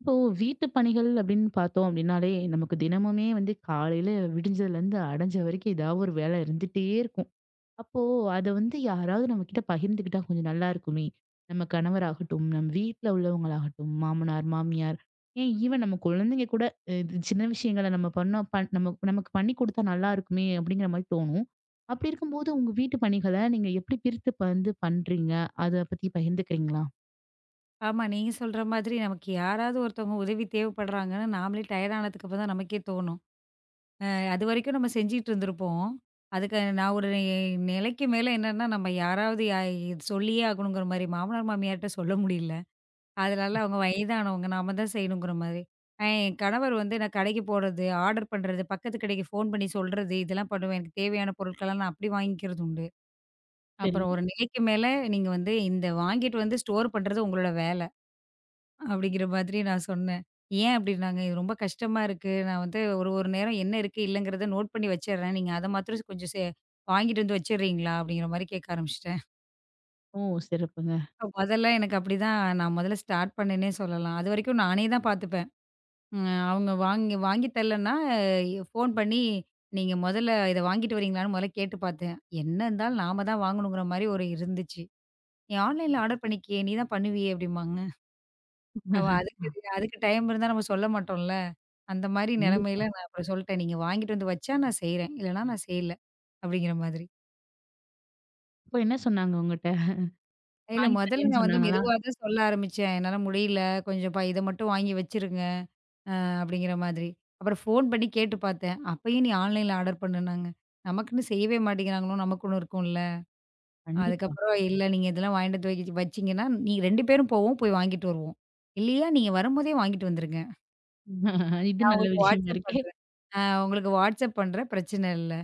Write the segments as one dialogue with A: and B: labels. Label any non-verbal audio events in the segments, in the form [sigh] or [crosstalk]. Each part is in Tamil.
A: இப்போ வீட்டு பணிகள் அப்படின்னு பார்த்தோம் அப்படின்னாலே நமக்கு தினமுமே வந்து காலையில விடிஞ்சதுல இருந்து அடைஞ்ச வரைக்கும் ஏதாவது ஒரு வேலை இருந்துட்டே இருக்கும். அப்போ அதை வந்து யாராவது நம்ம கிட்ட பகிர்ந்துக்கிட்டா கொஞ்சம் நல்லா இருக்குமே. நம்ம கணவராகட்டும், நம்ம வீட்டில் உள்ளவங்களாகட்டும், மாமனார், மாமியார், ஏன் ஈவன் நம்ம குழந்தைங்க கூட இது சின்ன விஷயங்களை நம்ம நமக்கு பண்ணி கொடுத்தா நல்லா இருக்குமே அப்படிங்கிற மாதிரி தோணும். அப்படி இருக்கும்போது உங்க வீட்டு பணிகளை நீங்க எப்படி பிரித்து வந்து பண்றீங்க? அதை பத்தி பகிர்ந்துக்கிறீங்களா?
B: ஆமா. நீங்க சொல்ற மாதிரி நமக்கு யாராவது ஒருத்தவங்க உதவி தேவைப்படுறாங்கன்னு நாமளே டயர்ட் ஆனதுக்கு அப்புறம் தான் நமக்கே தோணும். அதுவரைக்கும் நம்ம செஞ்சுட்டு இருந்திருப்போம். அதுக்கு நான் ஒரு நிலைக்கு மேல என்னன்னா, நம்ம யாராவது இது சொல்லியே ஆகணுங்கிற மாரி மாமனார், மாமியார்ட்ட சொல்ல முடியல. அதனால அவங்க வயதானவங்க நாம தான் செய்யணுங்கிற மாரி. என் கணவர் வந்து நான் கடைக்கு போறது, ஆர்டர் பண்றது, பக்கத்து கடைக்கு ஃபோன் பண்ணி சொல்றது, இதெல்லாம் பண்ணுவேன். எனக்கு தேவையான பொருட்களெல்லாம் நான் அப்படி வாங்கிக்கிறது உண்டு.
A: சரி.
B: அப்புறம் ஒரு நிலைக்கு மேல நீங்க வந்து இந்த வாங்கிட்டு வந்து ஸ்டோர் பண்றது உங்களோட வேல. அப்படிங்கிற மாதிரி நான் சொன்னேன். ஏன் அப்படின்னாங்க, "இது ரொம்ப கஷ்டமா இருக்கு. நான் வந்து ஒரு ஒரு நேரம் என்ன இருக்கு, இல்லங்கிறத நோட் பண்ணி வச்சுர்றேன். நீங்க அத மாத்திரம் கொஞ்சம் வாங்கிட்டு வந்து வச்சுர்றீங்களா?" அப்படிங்கிற மாரி கேட்க ஆரம்பிச்சுட்டேன்.
A: ஓ, சிறப்புங்க.
B: முதல்ல எனக்கு அப்படிதான் நான் முதல்ல ஸ்டார்ட் பண்ணேன்னே சொல்லலாம். அதுவரைக்கும் நானே தான் பார்த்துப்பேன். அவங்க வாங்கி வாங்கி தரலன்னா, ஃபோன் பண்ணி, "நீங்க முதல்ல இத வாங்கிட்டு வரீங்களான்னு முதல்ல கேட்டு பார்த்தேன்." என்ன இருந்தாலும் நாம தான் வாங்கணுங்கிற மாரி ஒரு இருந்துச்சு. "நீ ஆன்லைன்ல ஆர்டர் பண்ணிக்கயே! நீ தான் பண்ணுவியே!" அப்படிம்பாங்க. நம்ம அதுக்கு அதுக்கு டைம் இருந்தா நம்ம சொல்ல மாட்டோம்ல. அந்த மாரி நெலைமையில நான் அப்புறம் சொல்ட்டேன். நீங்க வாங்கிட்டு வந்து வச்சா நான் செய்றேன். இல்லன்னா நான் செய்யல. அப்படிங்கிற மாதிரி.
A: அப்போ என்ன சொன்னாங்க உங்கட்ட?
B: இல்ல
A: வாங்கி
B: முதல்ல
A: தரேன்னு
B: நான் வந்து
A: சொன்னாங்களா?
B: மெதுவா தான் சொல்ல ஆரம்பிச்சேன். என்னால முடியல. கொஞ்சம் இத மட்டும் வாங்கி வச்சிருங்க அப்படிங்கிற மாதிரி. அப்புறம் ஃபோன் பண்ணி கேட்டு பார்த்தேன். அப்பயும் நீ ஆன்லைன்ல ஆர்டர் பண்ணுனாங்க. நமக்குன்னு செய்யவே மாட்டேங்கிறாங்களோ நமக்குன்னு இருக்கும்ல.
A: கண்டிப்பா.
B: அதுக்கப்புறம் இல்ல நீங்க இதெல்லாம் வாங்கிட்டு வந்து வச்சீங்கன்னா, நீங்க 2 பேரும் போவோம். போய் வாங்கிட்டு வருவோம். இல்லையா நீங்க வரும்போதே வாங்கிட்டு வந்துருங்க.
A: [laughs] இது
B: நான்
A: நல்ல
B: உங்களுக்கு
A: விஷயமா
B: வாட்ஸ்அப்
A: இருக்கே!
B: பண்றேன். உங்களுக்கு வாட்ஸ்அப் பண்றேன். பிரச்சனை இல்ல.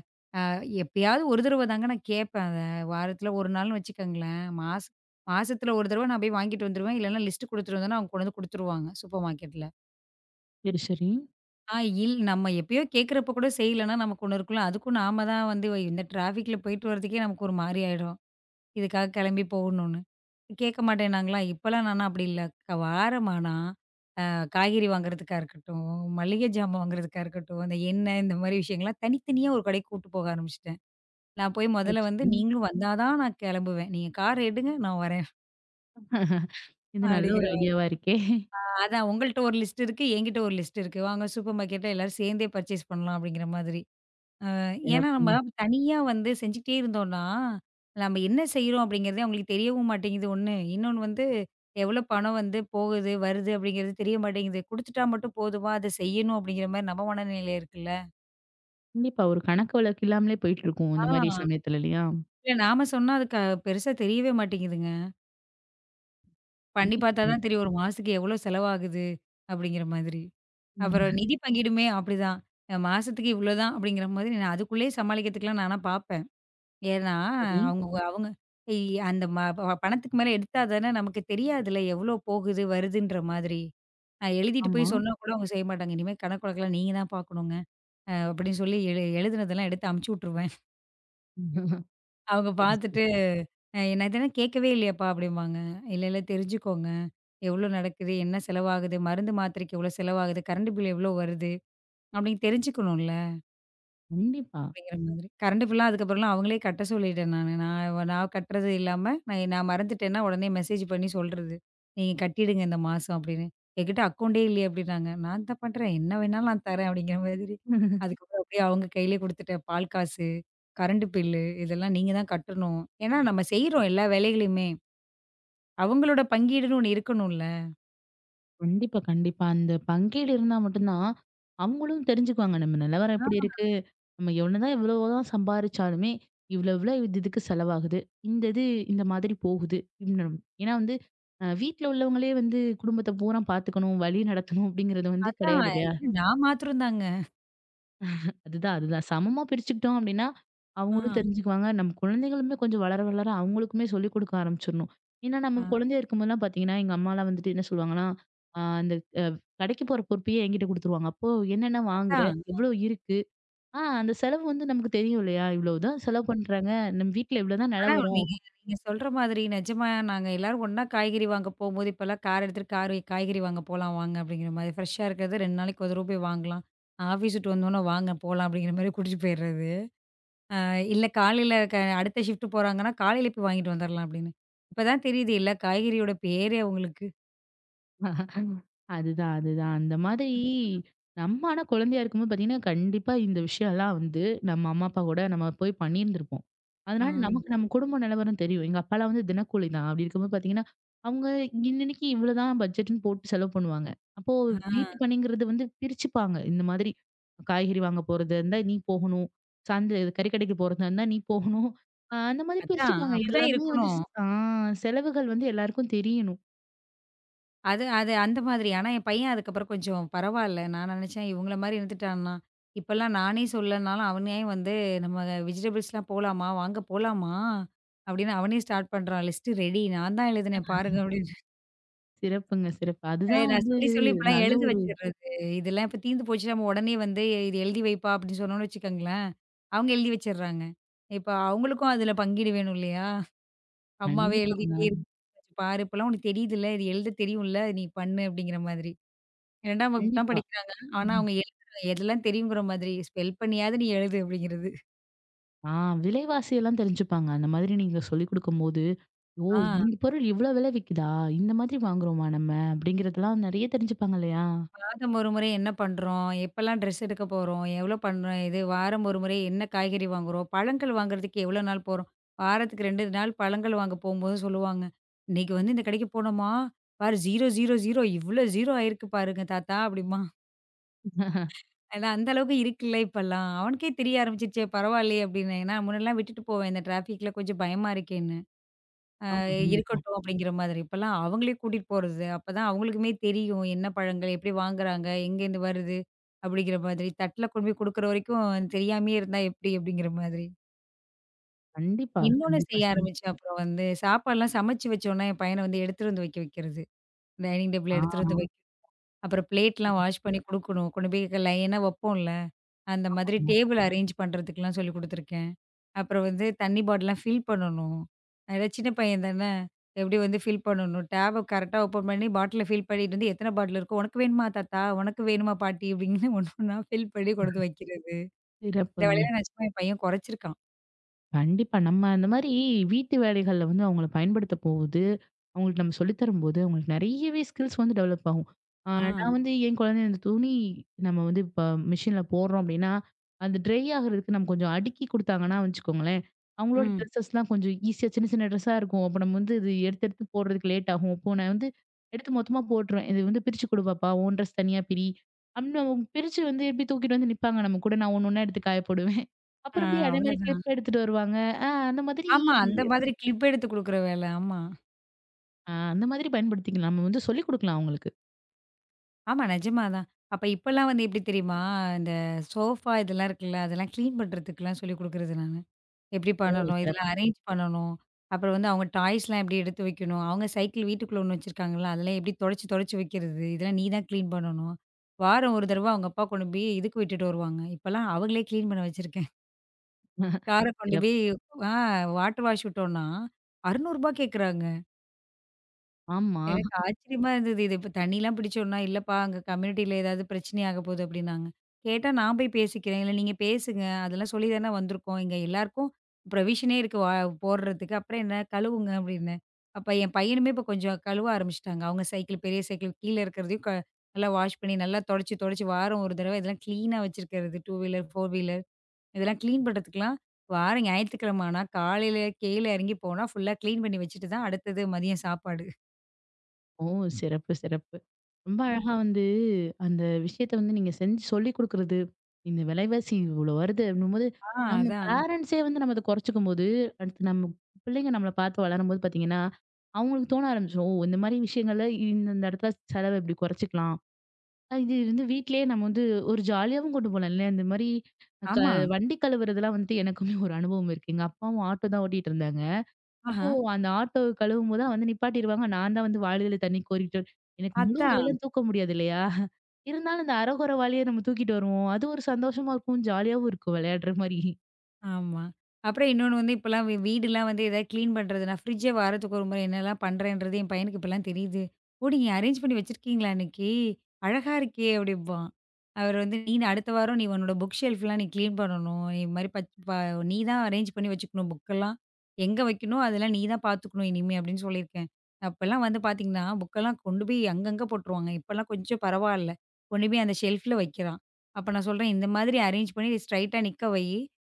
B: எப்பயாவது ஒரு தடவ தாங்க நான் கேட்பேன் அத. வாரத்துல 1 நாள்னு வச்சுக்கோங்களேன். மாசத்துல ஒரு தடவ நான் போய் வாங்கிட்டு வந்துருவேன். இல்லன்னா லிஸ்ட் குடுத்துட்டு வந்தேன்னா, அவங்க கொண்டு வந்து குடுத்துருவாங்க, சூப்பர் மார்க்கெட்ல.
A: சரி, சரி.
B: ஆ இல் நம்ம எப்பயோ கேட்கிறப்ப கூட செய்யலன்னா நமக்கு ஒண்ணு இருக்கும்ல. அதுக்கும் நாம தான் வந்து இந்த டிராஃபிக்ல போயிட்டு வரதுக்கே நமக்கு ஒரு மாரி ஆயிடும். இதுக்காக கிளம்பி போகணும்னு. கேட்க மாட்டேன்னாங்களா? இப்பலாம் நானா அப்படி இல்ல. வாரமானா காய்கறி வாங்குறதுக்கா இருக்கட்டும், மளிகை ஜாமான் வாங்குறதுக்கா இருக்கட்டும், அந்த எண்ணெய் இந்த மாரி விஷயங்கள்லாம் தனித்தனியா ஒரு கடைக்கு கூட்டு போக ஆரம்பிச்சுட்டேன். நான் போய்
A: ஓ!
B: முதல்ல வந்து
A: சரி.
B: நீங்களும் வந்தா தான் நான் கிளம்புவேன். நீங்க கார் எடுங்க நான் வரேன்
A: [laughs] இது நல்ல ஒரு
B: அப்படிங்கிற
A: ஐடியாவா இருக்கே!
B: அதான் உங்கள்ட்ட ஒரு லிஸ்ட் இருக்கு, என்கிட்ட ஒரு லிஸ்ட் இருக்கு. வாங்க சூப்பர் மார்க்கெட்ல எல்லாரும் சேர்ந்தே பர்ச்சேஸ் பண்ணலாம் அப்படிங்கிற மாதிரி. அ ஏன்னா நம்ம
A: சிறப்புங்க.
B: தனியா வந்து செஞ்சுக்கிட்டே இருந்தோம்னா, நம்ம என்ன செய்றோம் அப்படிங்கிறதே அவங்களுக்கு தெரியவும் மாட்டேங்குது ஒண்ணு. இன்னொன்னு வந்து எவ்வளோ பணம் வந்து போகுது, வருது அப்படிங்கிறது தெரிய மாட்டேங்குது. குடுத்துட்டா மட்டும் போதுமா, அத செய்யணும் அப்படிங்கிற மாரி நம்ம மனநிலை இருக்குல்ல.
A: கண்டிப்பா. ஒரு கணக்கு வழக்கு இல்லாமலே போயிட்டுருக்கும்
B: ஆ.
A: இந்த மாரி சமயத்துல, இல்லையா?
B: இல்ல நாம சொன்னா அது க பெருசா தெரியவே மாட்டேங்குதுங்க. பண்ணி
A: கண்டிப்பா,
B: பார்த்தா தான்
A: கண்டிப்பா.
B: தெரியும். ஒரு மாசத்துக்கு எவ்வளோ செலவாகுது அப்படிங்கிற மாதிரி. அப்புறம்
A: ம்.
B: நிதி பங்கீடுமே அப்படிதான். மாசத்துக்கு இவ்வளோதான் அப்படிங்கிற மாதிரி நான் அதுக்குள்ளேயே சமாளிக்கிறதுக்குலாம் நானா பார்ப்பேன். ஏன்னா
A: சரி.
B: அவங்க அவங்க இ அந்த ம ப பணத்துக்கு மேல எடுத்தா தானே நமக்கு தெரியாதுல்ல எவ்வளோ போகுது, வருதுன்ற மாதிரி. நான் எழுதிட்டு
A: ஆமா.
B: போய் சொன்னா கூட அவங்க செய்ய மாட்டாங்க. இனிமே கணக்கு வழக்கெல்லாம் நீங்க தான் பார்க்கணுங்க. அப்படின்னு சொல்லி எழுதுனதெல்லாம் எடுத்து அனுப்பிச்சு விட்டுருவேன். அவங்க
A: சரி, சரி.
B: பார்த்துட்டு "நான் இதெல்லாம் கேட்கவே இல்லையாப்பா" அப்படிம்பாங்க. "இல்ல, இல்ல தெரிஞ்சுக்கோங்க. எவ்வளோ நடக்குது? என்ன செலவாகுது? மருந்து, மாத்திரைக்கு எவ்வளோ செலவாகுது? கரண்ட் பில் எவ்வளோ வருது?" அப்படின்னு தெரிஞ்சுக்கணும்ல
A: கண்டிப்பா.
B: அப்படிங்கிற மாதிரி. கரண்ட் பில்லாம் அதுக்கப்புறம்லாம் அவங்களே கட்ட சொல்லிட்டேன் நானு. நான் நான் கட்டுறது இல்லாம, நான் நான் மறந்துட்டேன்னா உடனே மெசேஜ் பண்ணி சொல்றது. "நீங்க கட்டிடுங்க இந்த மாசம்" அப்படின்னு. என்கிட்ட அக்கவுண்டே இல்லையே அப்படின்னாங்க. "நான் தான் பண்றேன். என்ன வேணாலும் நான் தரேன்" அப்படிங்கிற மாதிரி. அதுக்கப்புறம் அப்படியே அவங்க கையிலே குடுத்துட்டேன். பால் காசு, கரண்ட் பில்லு இதெல்லாம் நீங்க தான் கட்டணும். ஏன்னா நம்ம செய்றோம் எல்லா வேலைகளையுமே. அவங்களோட பங்கீடுன்னு ஒண்ணு இருக்கணும்ல.
A: கண்டிப்பா, கண்டிப்பா. அந்த பங்கீடு இருந்தா மட்டும் தான் அவங்களும் தெரிஞ்சுக்குவாங்க. நம்ம நிலவரம் எப்படி
B: ஆ,
A: இருக்கு? நம்ம எவ்வளவுதான் எவ்வளவுதான் சம்பாரிச்சாலுமே இவ்வளவு இவ்வளவு இதுக்கு செலவாகுது, இந்த இது இந்த மாதிரி போகுது இப்படின்னு. ஏன்னா வந்து வீட்ல உள்ளவங்களே வந்து குடும்பத்தை பூரா பாத்துக்கணும், வழி நடத்தணும் அப்படிங்கறது வந்து
B: அதான்.
A: கிடையாது இல்லையா?
B: இல்ல, நான் மாத்திரம் தாங்க.
A: அதுதான், அதுதான். சமமா பிரிச்சுக்கிட்டோம் அப்படின்னா அவங்களும்
B: ஆ,
A: தெரிஞ்சுக்குவாங்க. நம்ம குழந்தைகளுமே கொஞ்சம் வளர வளர அவங்களுக்குமே சொல்லிக் கொடுக்க ஆரம்பிச்சிடணும். ஏன்னா நம்ம
B: ஆ.
A: குழந்தையா இருக்கும்போதெல்லாம் பாத்தீங்கன்னா எங்க அம்மாலாம் வந்துட்டு என்ன சொல்லுவாங்கன்னா அந்த அஹ், கடைக்கு போற பொறுப்பையே என்கிட்ட கொடுத்துருவாங்க. அப்போ என்னென்ன வாங்குற,
B: அதான்.
A: எவ்வளவு இருக்கு, அந்த செலவு வந்து நமக்கு தெரியும் இல்லையா? இவ்வளவு தான் செலவு பண்றாங்க. நம்ம வீட்ல இவ்வளவு தான்
B: ஆனா
A: நிலம் வரும்.
B: நீங்க நீங்க சொல்ற மாதிரி நிஜமா நாங்க எல்லாரும் ஒண்ணா காய்கறி வாங்க போம்போது, இப்பலாம் கார் எடுத்துட்டு கார் காய்கறி வாங்க போலாம் வாங்க அப்படிங்கிற மாதிரி. ஃப்ரெஷ்ஷா இருக்கிறது 2 நாளைக்கு ஒரு போய் வாங்கலாம். ஆஃபீஸ் விட்டு வந்தோனே வாங்க போலாம் அப்படிங்கிற மாதிரி கூட்டிட்டு போயிடுறது. இல்ல காலையில அடுத்த ஷிஃப்ட் போறாங்கன்னா காலையில போய் வாங்கிட்டு வந்துரலாம் அப்படின்னு. இப்ப தான் தெரியுது இல்ல காய்கறியோட பேரே அவங்களுக்கு.
A: அதுதான், அதுதான். அந்த மாதிரி நம்ம ஆனா குழந்தையா இருக்கும்போது பார்த்தீங்கன்னா, கண்டிப்பா இந்த விஷயம்லாம் வந்து நம்ம அம்மா, அப்பா கூட நம்ம போய் பண்ணியிருந்திருப்போம். அதனால
B: ம்.
A: நமக்கு நம்ம குடும்ப நிலவரம் தெரியும். எங்க அப்பாலாம் வந்து தினக்கூலி தான். அப்படி இருக்கும்போது பார்த்தீங்கன்னா, அவங்க இன்னன்னைக்கு இவ்வளோதான் பட்ஜெட்ன்னு போட்டு செலவு பண்ணுவாங்க. அப்போ
B: ஆ.
A: வீட்டு பணிங்கிறது வந்து பிரிச்சுப்பாங்க. இந்த மாதிரி காய்கறி வாங்க போறதா இருந்தா நீ போகணும், சந்தை கறிக்கடைக்கு போறதா இருந்தா நீ போகணும், அந்த மாதிரி
B: அதான்.
A: பிரிச்சுப்பாங்க.
B: அப்படிதான்
A: எல்லாமே வந்து
B: இருக்கணும்.
A: ஆ செலவுகள் வந்து எல்லாருக்கும் தெரியணும்.
B: அது அது அந்த மாதிரி. ஆனா, என் பையன் அதுக்கப்புறம் கொஞ்சம் பரவால்ல. நான் நினச்சேன் இவங்கள மாரி இருந்துட்டான்னா, இப்பலாம் நானே சொல்லனாலும் அவனே வந்து நம்ம வெஜிடபிள்ஸ்லாம் போலாமா? வாங்க போலாமா? அப்படின்னு அவனே ஸ்டார்ட் பண்றான். லிஸ்ட் ரெடி நான் தான் எழுதினேன் பாருங்க அப்படின்னு.
A: சிறப்புங்க, சிறப்பு. அதுதான்
B: நான்
A: வந்து
B: சொல்லி சொல்லி இப்பலாம்
A: நல்ல
B: எழுத
A: ஒரு
B: வச்சுடுறது. இதெல்லாம் இப்ப தீர்ந்து போச்சு நம்ம உடனே வந்து இது எழுதி வைப்பா அப்படின்னு சொன்னோம்னு வச்சுக்கோங்களேன், அவங்க எழுதி வச்சுடுறாங்க. இப்ப அவங்களுக்கும் அதில பங்கீடு வேணும் இல்லையா? அம்மாவே
A: கண்டிப்பாங்க.
B: எழுதிட்டே இருக்கு. பாரு இப்பலாம் உனக்கு தெரியுதுல்ல, இது எழுத தெரியும்ல, நீ பண்ணு அப்படிங்கிற மாதிரி. 2ஆம் வகுப்பு தான்
A: கண்டிப்பா.
B: படிக்கிறாங்க. ஆனா
A: ம்.
B: அவங்க எழுதுறாங்க எல்லாம் தெரியுங்கிற மாதிரி. ஸ்பெல் பண்ணியாவது நீ எழுது அப்படிங்கிறது.
A: ஆ விலைவாசி எல்லாம் தெரிஞ்சுப்பாங்க. அந்த மாதிரி நீங்க சொல்லிக் குடுக்கும்போது, "ஓ!
B: ஆ
A: இந்த பொருள் இவ்ளோ விலை விக்குதா? இந்த மாதிரி வாங்குறோமா நம்ம?" அப்படிங்கிறதெல்லாம் நெறைய தெரிஞ்சுப்பாங்க இல்லையா?
B: மாதம் ஒரு முறை என்ன பண்றோம்? எப்பலாம் ட்ரெஸ் எடுக்க போறோம்? எவ்வளோ பண்றோம்? இது வாரம் ஒரு முறை என்ன காய்கறி வாங்குறோம்? பழங்கள் வாங்குறதுக்கு எவ்வளோ நாள் போறோம்? வாரத்துக்கு 2 நாள் பழங்கள் வாங்க போம்போது சொல்லுவாங்க. "இன்னைக்கு வந்து இந்த கடைக்கு போனோமா, பாரு 0, 0, 0 இவ்ளோ 0 ஆயிருக்கு பாருங்க தாத்தா" அப்படிம்பான். ஏன்னா அந்த அளவுக்கு இருக்குல்ல இப்பலாம். அவனுக்கே தெரிய ஆரம்பிச்சுருச்சே பரவாயில்லையே அப்படின்னு. ஏன்னா முன்னலாம் விட்டுட்டு போவேன். இந்த டிராஃபிக்ல கொஞ்சம் பயமா இருக்கேன்னு.
A: ஆமா, கண்டிப்பா.
B: இருக்கட்டும் அப்படிங்கிற மாதிரி. இப்பலாம் அவங்களே கூட்டிட்டு போறது. அப்பதான் அவங்களுக்குமே தெரியும். என்ன பழங்கள் எப்படி வாங்குறாங்க? எங்கேருந்து வருது? அப்படிங்கிற மாதிரி. தட்ல கொண்டு போய் குடுக்குற வரைக்கும் தெரியாமயே இருந்தா எப்படி? அப்படிங்கிற மாதிரி.
A: கண்டிப்பா,
B: இன்னொன்னு
A: கண்டிப்பா.
B: செய்ய
A: சிறப்
B: ஆரம்பிச்சேன் அப்புறம் வந்து சாப்பாடுலாம் சமைச்சு வச்சோனே, என் பையன வந்து எடுத்துட்டு வந்து வைக்கிறது. டைனிங் டேபிள்ல
A: ஆ.
B: எடுத்துட்டு வந்து அப்புறம் பிளேட்லாம் வாஷ் பண்ணி குடுக்கணும். கொண்டு போய் லைனா வப்போம்ல. அந்த மாதிரி
A: சிறப்புங்க,
B: டேபிள் அரேஞ்ச் பண்றதுக்குலாம் சொல்லிக் குடுத்துருக்கேன். அப்புறம் வந்து தண்ணி பாட்டில்லாம் ஃபில் பண்ணணும். ஏன்னா சின்ன பையன் தானே. எப்படி வந்து ஃபில் பண்ணணும். டேப கரெக்ட்டா ஓப்பன் பண்ணி பாட்டில ஃபில் பண்ணிட்டு வந்து எத்தன பாட்டில் இருக்கோ, "உனக்கு வேணுமா தாத்தா? உனக்கு வேணுமா பாட்டி?" அப்படின்னு [laughs] ஒண்ணு ஒண்ணா ஃபில் பண்ணி கொண்டு வந்து வைக்கிறது. இந்த
A: சிறப்புங்க.
B: வேலையில நிஜமா என் பையன் குறைச்சிருக்கான்.
A: கண்டிப்பா. நம்ம அந்த மாரி வீட்டு வேலைகள்ல வந்து அவங்கள பயன்படுத்த போகுது. அவங்களுக்கு நம்ம சொல்லி தரும்போது, அவங்களுக்கு நெறையவே ஸ்கில்ஸ் வந்து டெவலப் ஆகும். ஆ
B: ஆ.
A: நான் வந்து என் குழந்தை இந்த துணி நம்ம வந்து இப்ப மிஷின்ல போடுறோம் அப்டின்னா, அந்த ட்ரை ஆகுறதுக்கு நம்ம கொஞ்சம் அடுக்கி குடுத்தாங்கன்னா வச்சுக்கோங்களேன், அவங்களோட
B: ம்.
A: ட்ரெஸஸ்லாம் கொஞ்சம் ஈஸியா சின்ன சின்ன ட்ரெஸ்ஸா இருக்கும். அப்ப நம்ம வந்து இது எடுத்து எடுத்து போடுறதுக்கு லேட் ஆகும். அப்போ நான் வந்து எடுத்து மொத்தமா போட்டுருவேன். "இது வந்து பிரிச்சு குடு பாப்பா, உன் ட்ரெஸ் தனியா பிரி" அப்டின்னு அவங்க பிரிச்சு வந்து எப்டி தூக்கிட்டு வந்து நிப்பாங்க நம்ம கூட. நான் ஒண்ணு ஒண்ணா எடுத்து காய போடுவேன்.
B: ஆ
A: அப்புறம் போய் அதே மாரி
B: அவ்வளதான்.
A: கிளிப் எடுத்துட்டு வருவாங்க. அந்த மாதிரி.
B: ஆமா. அந்த மாதிரி கிளிப் எடுத்து குடுக்குற வேலை. ஆமா.
A: அந்த மாதிரி பயன்படுத்திக்கலாம். நம்ம வந்து சொல்லிக் குடுக்கலாம் அவங்களுக்கு.
B: ஆமா, நிஜமா தான். அப்ப இப்பலாம் வந்து எப்படி தெரியுமா? இந்த சோஃபா இதெல்லாம் இருக்குல்ல, அதெல்லாம் கிளீன் பண்றதுக்குலாம் சொல்லிக் குடுக்குறது நானு. எப்படி
A: ஓ!
B: பண்ணணும்? இதெல்லாம்
A: சிறப்பு.
B: அரேஞ்ச் பண்ணணும். அப்புறம் வந்து அவங்க டாய்ஸ்லாம் எப்படி எடுத்து வைக்கணும்? அவங்க சைக்கிள் வீட்டுக்குள்ள ஒண்ணு வச்சிருக்காங்கல்ல, அதெல்லாம் எப்படி தொடச்சு தொடச்சு வைக்கிறது? இதெல்லாம் நீ தான் கிளீன் பண்ணணும். வாரம் ஒரு தடவ அவங்க அப்பா கொண்டு போய் இதுக்கு விட்டுட்டு வருவாங்க. இப்பலாம் அவங்களே கிளீன் பண்ண வச்சிருக்கேன்.
A: [laughs]
B: கார கொண்டு
A: சிறப்பு.
B: போய் ஆ வாட்டர் வாஷ் விட்டோம்னா, ரூ. 600 கேக்குறாங்க.
A: ஆமா.
B: எனக்கு ஆச்சரியமா இருந்தது. இது இப்ப தண்ணிலாம் பிடிச்சோன்னா, "இல்லப்பா அங்க கம்யூனிட்டில ஏதாவது பிரச்சனை ஆக போகுது" அப்டின்னாங்க. கேட்டா நான் போய் பேசிக்கிறேன். இல்ல நீங்க பேசுங்க. அதெல்லாம் சொல்லி தானே வந்திருக்கோம். இங்க எல்லாருக்கும் ப்ரொவிஷனே இருக்கு போடுறதுக்கு. அப்புறம் என்ன கழுவுங்க அப்டின்னேன். அப்ப என் பையனுமே இப்ப கொஞ்சம் கழுவ ஆரம்பிச்சுட்டாங்க. அவங்க சைக்கிள், பெரிய சைக்கிள் கீழ இருக்கிறதையும் நல்லா வாஷ் பண்ணி நல்லா தொடச்சு தொடச்சு வாரம் ஒரு தடவ இதெல்லாம் கிளீனா வச்சிருக்கிறது. 2 வீலர், 4 வீலர் இதெல்லாம் கிளீன் பண்றதுக்குலாம் வாரம் ஞாயித்துக்கிழம ஆனா காலையில கீழ இறங்கி போனா ஃபுல்லா கிளீன் பண்ணி வச்சுட்டு தான் அடுத்தது மதியம் சாப்பாடு.
A: ஓ! சிறப்பு, சிறப்பு. ரொம்ப அழகா வந்து அந்த விஷயத்த வந்து நீங்க செஞ்சு சொல்லிக் குடுக்குறது, இந்த விலைவாசி இவ்வளோ வருது அப்படிங்கும்போது,
B: ஆ,
A: நம்ம
B: அதான்.
A: பேரண்ட்ஸே வந்து நம்ம அத குறைச்சுக்கும்போது, அடுத்து நம்ம பிள்ளைங்க நம்மள பார்த்து வளரும்போது பார்த்தீங்கன்னா, அவங்களுக்கு தோண ஆரம்பிச்சுரும். ஓ! இந்த மாரி விஷயங்கள்ல இந்த இந்த இடத்துல செலவ இப்படி குறைச்சுக்கலாம். இது வந்து வீட்லயே நம்ம வந்து ஒரு ஜாலியாவும் கொண்டு போலாம்ல. இந்த மாரி க
B: ஆமா.
A: வண்டி கழுவுறதெல்லாம் வந்துட்டு எனக்குமே ஒரு அனுபவம் இருக்கு. எங்க அப்பாவும் ஆட்டோ தான் ஓட்டிட்டு இருந்தாங்க. அப்போ
B: ஆஹா.
A: அந்த ஆட்டோ கழுவும்போது வந்து நிப்பாட்டிருவாங்க. நான் தான் வந்து வாளியில தண்ணி கோரிக்கிட்டு, எனக்கு முழு
B: அதான்.
A: வாளிலாம் தூக்க முடியாது இல்லையா? இருந்தாலும் இந்த அரகுர வாளிய நம்ம தூக்கிட்டு வருவோம். அது ஒரு சந்தோஷமா இருக்கும். ஜாலியாவும் இருக்கும் விளையாடுற மாரி.
B: ஆமா. அப்புறம் இன்னொன்னு வந்து இப்பலாம் வீடுலாம் வந்து ஏதாவது கிளீன் பண்றது, நான் ஃப்ரிட்ஜ வாரத்துக்கு ஒரு முறை என்னலாம் பண்றேன்றது என் பையனுக்கு இப்பலாம் தெரியுது. "ஓ! நீங்க அரேஞ்ச் பண்ணி வச்சிருக்கீங்களா அன்னைக்கு? அழகா இருக்கே!" அப்படிம்பான். அவர் வந்து "நீ அடுத்த வாரம் நீ உன்னோட புக் ஷெல்ஃப்லாம் நீ கிளீன் பண்ணணும். இது மாரி பச் ப நீ தான் அரேஞ்ச் பண்ணி வச்சுக்கணும் புக்கெல்லாம். எங்க வைக்கணும் அதெல்லாம் நீ தான் பார்த்துக்கணும் இனிமே" அப்படின்னு சொல்லியிருக்கேன். அப்பலாம் வந்து பார்த்தீங்கன்னா, புக்கெல்லாம் கொண்டு போய் அங்கங்க போட்டுருவாங்க. இப்பலாம் கொஞ்சம் பரவால்ல. கொண்டு போய் அந்த ஷெல்ஃப்ல வைக்கிறான். அப்ப நான் சொல்றேன், "இந்த மாதிரி அரேஞ்ச் பண்ணி ஸ்ட்ரைட்டா நிக்க வை."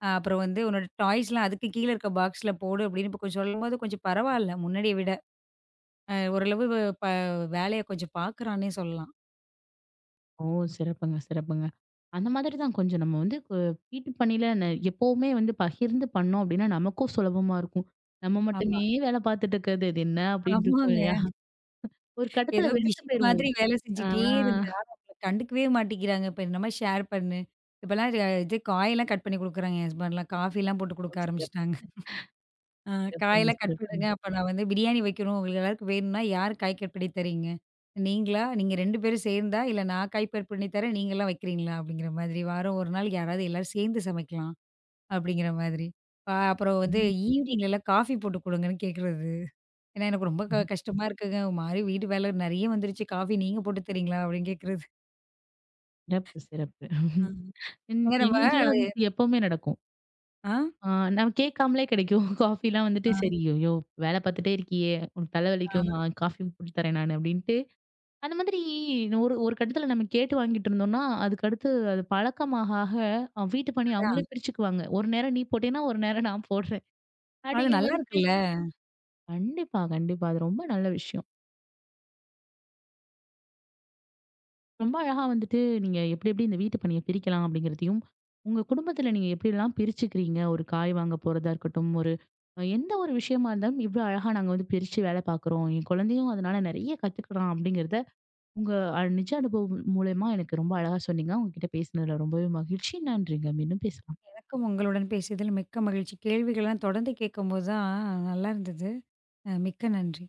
B: அப்புறம் வந்து "உன்னோட டாய்ஸ்லாம் அதுக்கு கீழ இருக்க பாக்ஸ்ல போடு" அப்படின்னு இப்ப கொஞ்சம் சொல்லும்போது கொஞ்சம் பரவால்ல முன்னாடிய விட. அ ஓரளவு ப வேலைய கொஞ்சம் பார்க்குறான்னே சொல்லலாம்.
A: ஓ! சிறப்புங்க, சிறப்புங்க. அந்த மாதிரி தான் கொஞ்சம் நம்ம வந்து வீட்டு பணியில எப்பவுமே வந்து பகிர்ந்து பண்ணோம் அப்டின்னா, நமக்கும் சுலபமா இருக்கும். நம்ம
B: ஆமா.
A: மட்டுமே வேல பார்த்துட்டு இருக்கிறது, இது என்ன அப்டின்ட்டு இருக்கும்
B: ஆமாங்க.
A: இல்லையா? ஒரு
B: ஏதோ
A: கட்டத்துல வெறுத்து
B: மிஷின்
A: போயிருவோம்.
B: மாதிரி வேல
A: ஆ
B: செஞ்சுட்டே இருந்தா நம்மள கண்டுக்கவே மாட்டேங்கிறாங்க. இப்ப என்னமா ஷேர் பண்ணு. இப்பலாம் இது காயெல்லாம் கட் பண்ணி குடுக்குறாங்க என் ஹஸ்பண்ட்லாம். காஃபிலாம் போட்டு
A: ஓ,
B: குடுக்க
A: சிறப்பு,
B: ஆரம்பிச்சுட்டாங்க. ஆ
A: சிறப்புங்க,
B: காயெல்லாம் கட் பண்ணுங்க.
A: சிறப்புங்க.
B: அப்ப நான் வந்து பிரியாணி வைக்கணும். உங்களுக்கு எல்லாருக்கும் வேணும்னா, யார் காய் கட் பண்ணி தர்றீங்க? நீங்களா? நீங்க 2 பேரும் சேர்ந்தா? இல்ல நான் காய் கட் பண்ணி தரேன், நீங்கலாம் வைக்கிறீங்களா? அப்படிங்கிற மாதிரி. வாரம் 1 நாள் யாராவது எல்லாரும் சேர்ந்து சமைக்கலாம், அப்படிங்கிற மாதிரி. அப்புறம் வந்து
A: உம்,
B: ஈவினிங்லலாம் காஃபி போட்டு குடுங்கன்னு கேட்கறது. ஏன்னா எனக்கு ரொம்ப கஷ்டமா இருக்குங்க. ஒரு மாரி வீட்டு வேலை நெறைய வந்துருச்சு. காஃபி நீங்க போட்டு தர்றீங்களா? அப்படின்னு கேட்கறது.
A: சிறப்பு, சிறப்பு.
B: ஆ.
A: என்
B: ஏன்னா நம்ம
A: எங்க வீட்லலாம் வந்து எப்பவுமே நடக்கும்.
B: ஆ?
A: ஆ நான் கேட்காமலே கிடைக்கும். காஃபிலாம் வந்துட்டு
B: ஆ.
A: சரி, ஐயோ! வேல பார்த்துட்டே இருக்கியே! உனக்கு தல
B: ஆ
A: வலிக்குமா? காஃபி போட்டு தரேன் நானு அப்டின்ட்டு அந்த மாதிரி ஒரு ஒரு கட்டத்துல நம்ம கேட்டு வாங்கிட்டு இருந்தோம்னா, அதுக்கடுத்து அது பழக்கமாக ஆக வீட்டு பணி
B: அதான்.
A: அவங்களே பிரிச்சுக்குவாங்க. ஒரு நேரம் நீ போட்டேன்னா, ஒரு நேரம் நான் போடுறேன்.
B: அது
A: அப்படிங்கிற
B: நல்லா
A: மாதிரி
B: இருக்குல்ல.
A: பிரிச்சு கண்டிப்பா, கண்டிப்பா. அது ரொம்ப நல்ல விஷயம். ரொம்ப அழகா வந்துட்டு நீங்க எப்படி எப்படி இந்த வீட்டு பணிய பிரிக்கலாம் அப்படிங்கிறதையும், உங்க குடும்பத்துல நீங்க எப்படிலாம் பிரிச்சுக்கிறீங்க. ஒரு காய் வாங்க போறதா இருக்கட்டும், ஒரு எந்த ஒரு விஷயமா இருந்தாலும் இவ்வளோ அழகா நாங்க வந்து பிரிச்சு வேலை பார்க்குறோம், என் குழந்தையும் அதனால நெறைய கத்துக்குறான் அப்படிங்கிறத உங்க நிஜ அனுபவம் மூலியமா எனக்கு ரொம்ப அழகா சொன்னீங்க. உங்ககிட்ட பேசினதுல ரொம்பவே மகிழ்ச்சி. நன்றிங்க. மீண்டும் பேசலாம்.
B: எனக்கும் உங்களுடன் பேசியதில் மிக்க மகிழ்ச்சி. கேள்விகள்லாம் தொடர்ந்து கேட்கும்போது தான் நல்லா இருந்தது. மிக்க நன்றி.